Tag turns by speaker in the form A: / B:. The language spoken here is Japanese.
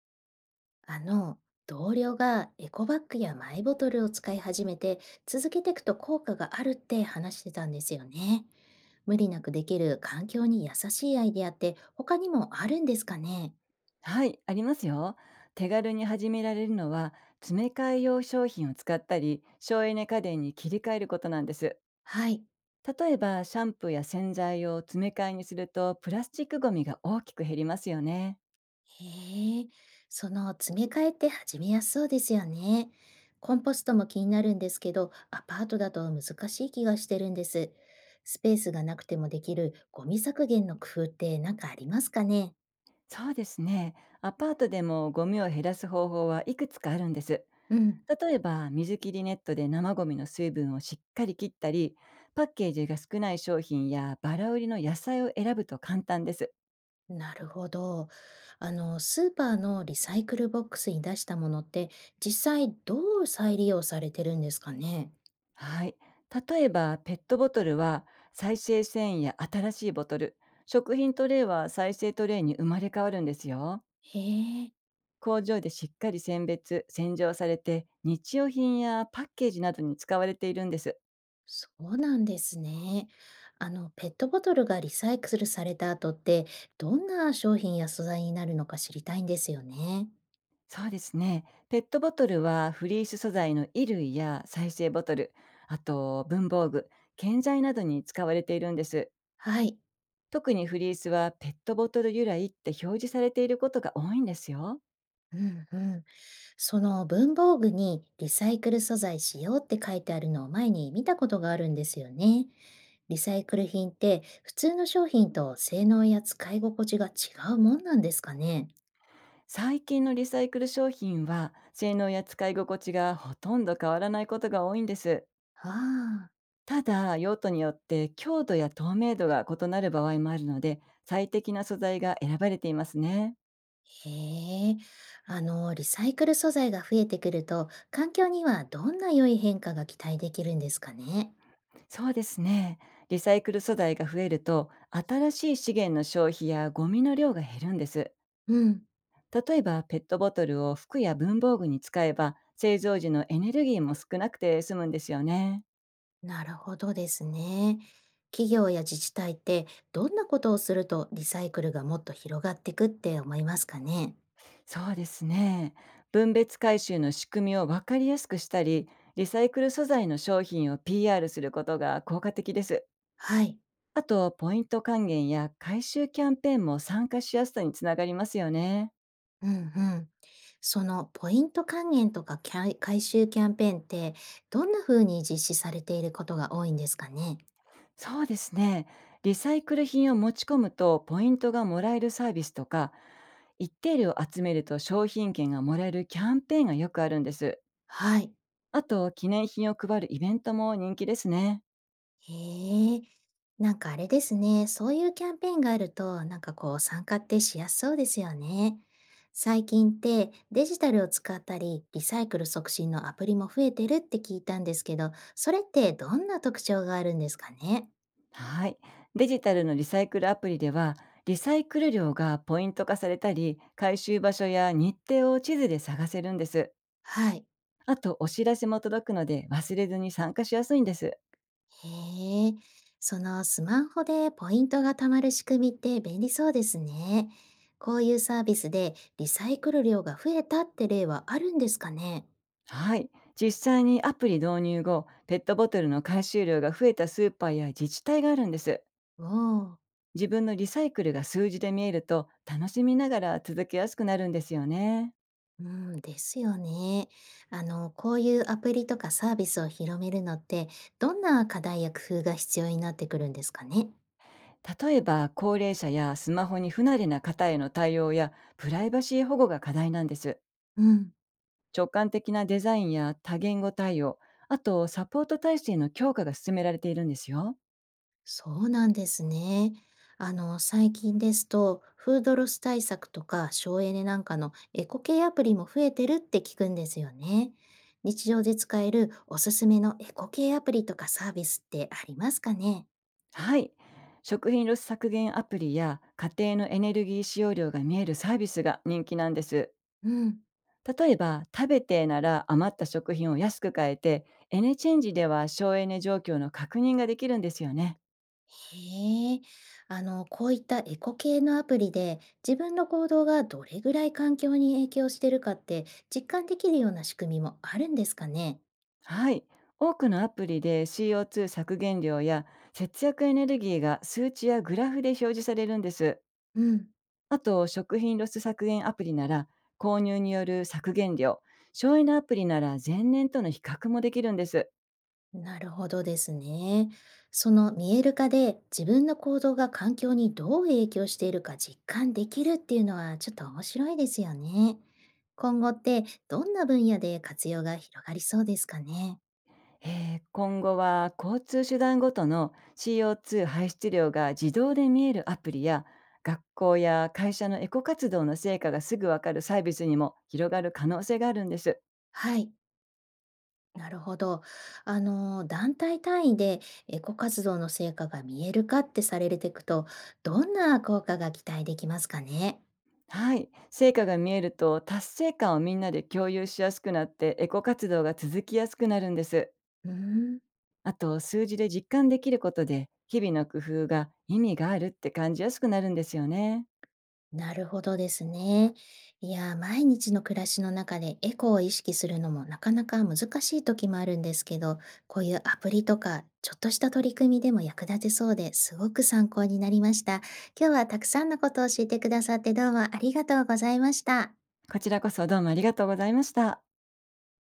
A: あの、同僚がエコバッグやマイボトルを使い始めて、続けていくと効果があるって話してたんですよね。無理なくできる環境に優しいアイデアって他にもあるんですかね？
B: はい、ありますよ。手軽に始められるのは、詰め替え用商品を使ったり、省エネ家電に切り替えることなんです。
A: はい。
B: 例えば、シャンプーや洗剤を詰め替えにすると、プラスチックごみが大きく減りますよね。
A: へえ、その詰め替えって始めやすそうですよね。コンポストも気になるんですけど、アパートだと難しい気がしてるんです。スペースがなくてもできるゴミ削減の工夫って何かありますかね？
B: そうですね。アパートでもゴミを減らす方法はいくつかあるんです。
A: うん。
B: 例えば、水切りネットで生ゴミの水分をしっかり切ったり、パッケージが少ない商品やバラ売りの野菜を選ぶと簡単です。
A: なるほど。あの、スーパーのリサイクルボックスに出したものって、実際どう再利用されてるんですかね？
B: はい。例えば、ペットボトルは再生繊維や新しいボトル、食品トレイは再生トレイに生まれ変わるんですよ。
A: へえ、
B: 工場でしっかり選別、洗浄されて、日用品やパッケージなどに使われているんです。
A: そうなんですね。あの、ペットボトルがリサイクルされた後って、どんな商品や素材になるのか知りたいんですよね。
B: そうですね。ペットボトルはフリース素材の衣類や再生ボトル、あと文房具、建材などに使われているんです。
A: はい。
B: 特にフリースはペットボトル由来って表示されていることが多いんですよ。
A: うんうん。その文房具にリサイクル素材使用って書いてあるのを前に見たことがあるんですよね。リサイクル品って普通の商品と性能や使い心地が違うもんなんですかね。
B: 最近のリサイクル商品は性能や使い心地がほとんど変わらないことが多いんです。
A: ああ、
B: ただ、用途によって強度や透明度が異なる場合もあるので、最適な素材が選ばれていますね。
A: へえ、あの、リサイクル素材が増えてくると環境にはどんな良い変化が期待できるんですかね。
B: そうですね。リサイクル素材が増えると、新しい資源の消費やゴミの量が減るんです。
A: うん、
B: 例えば、ペットボトルを服や文房具に使えば、製造時のエネルギーも少なくて済むんですよね。
A: なるほどですね。企業や自治体ってどんなことをするとリサイクルがもっと広がってくって思いますかね。
B: そうですね。分別回収の仕組みを分かりやすくしたり、リサイクル素材の商品を PR することが効果的です。
A: はい。
B: あと、ポイント還元や回収キャンペーンも参加しやすさにつながりますよね。
A: うんうん。そのポイント還元とかキャイ回収キャンペーンってどんな風に実施されていることが多いんですかね？
B: そうですね。リサイクル品を持ち込むとポイントがもらえるサービスとか、一定量集めると商品券がもらえるキャンペーンがよくあるんです。
A: はい。
B: あと、記念品を配るイベントも人気ですね。
A: へえ。なんかあれですね、そういうキャンペーンがあると、なんかこう参加ってしやすそうですよね。最近ってデジタルを使ったり、リサイクル促進のアプリも増えてるって聞いたんですけど、それってどんな特徴があるんですかね？
B: はい。デジタルのリサイクルアプリでは、リサイクル量がポイント化されたり、回収場所や日程を地図で探せるんです。
A: はい。
B: あと、お知らせも届くので、忘れずに参加しやすいんです。
A: へえ、そのスマホでポイントが貯まる仕組みって便利そうですね。こういうサービスでリサイクル量が増えたって例はあるんですかね？
B: はい。実際にアプリ導入後、ペットボトルの回収量が増えたスーパーや自治体があるんです。
A: おー、
B: 自分のリサイクルが数字で見えると、楽しみながら続けやすくなるんですよね。
A: うん、ですよね。あの、こういうアプリとかサービスを広めるのって、どんな課題や工夫が必要になってくるんですかね？
B: 例えば、高齢者やスマホに不慣れな方への対応や、プライバシー保護が課題なんです。
A: うん。
B: 直感的なデザインや多言語対応、あとサポート体制の強化が進められているんですよ。
A: そうなんですね。あの、最近ですと、フードロス対策とか省エネなんかのエコ系アプリも増えてるって聞くんですよね。日常で使えるおすすめのエコ系アプリとかサービスってありますかね？
B: はい。食品ロス削減アプリや家庭のエネルギー使用量が見えるサービスが人気なんです。
A: うん。
B: 例えば、食べてなら余った食品を安く買えて、エネチェンジでは省エネ状況の確認ができるんですよね。
A: へえ。あの、こういったエコ系のアプリで自分の行動がどれぐらい環境に影響してるかって実感できるような仕組みもあるんですかね？
B: はい。多くのアプリで CO2 削減量や節約エネルギーが数値やグラフで表示されるんです。
A: うん。
B: あと、食品ロス削減アプリなら、購入による削減量、省エネアプリなら前年との比較もできるんです。
A: なるほどですね。その見える化で自分の行動が環境にどう影響しているか実感できるっていうのはちょっと面白いですよね。今後ってどんな分野で活用が広がりそうですかね。
B: 今後は、交通手段ごとの CO2 排出量が自動で見えるアプリや、学校や会社のエコ活動の成果がすぐわかるサービスにも広がる可能性があるんです。
A: はい、なるほど。あの、団体単位でエコ活動の成果が見える化ってされていくと、どんな効果が期待できますかね。
B: はい、成果が見えると達成感をみんなで共有しやすくなって、エコ活動が続きやすくなるんです。
A: うーん。
B: あと、数字で実感できることで、日々の工夫が意味があるって感じやすくなるんですよね。
A: なるほどですね。いやー、毎日の暮らしの中でエコを意識するのもなかなか難しい時もあるんですけど、こういうアプリとか、ちょっとした取り組みでも役立てそうですごく参考になりました。今日はたくさんのことを教えてくださってどうもありがとうございました。
B: こちらこそ、どうもありがとうございました。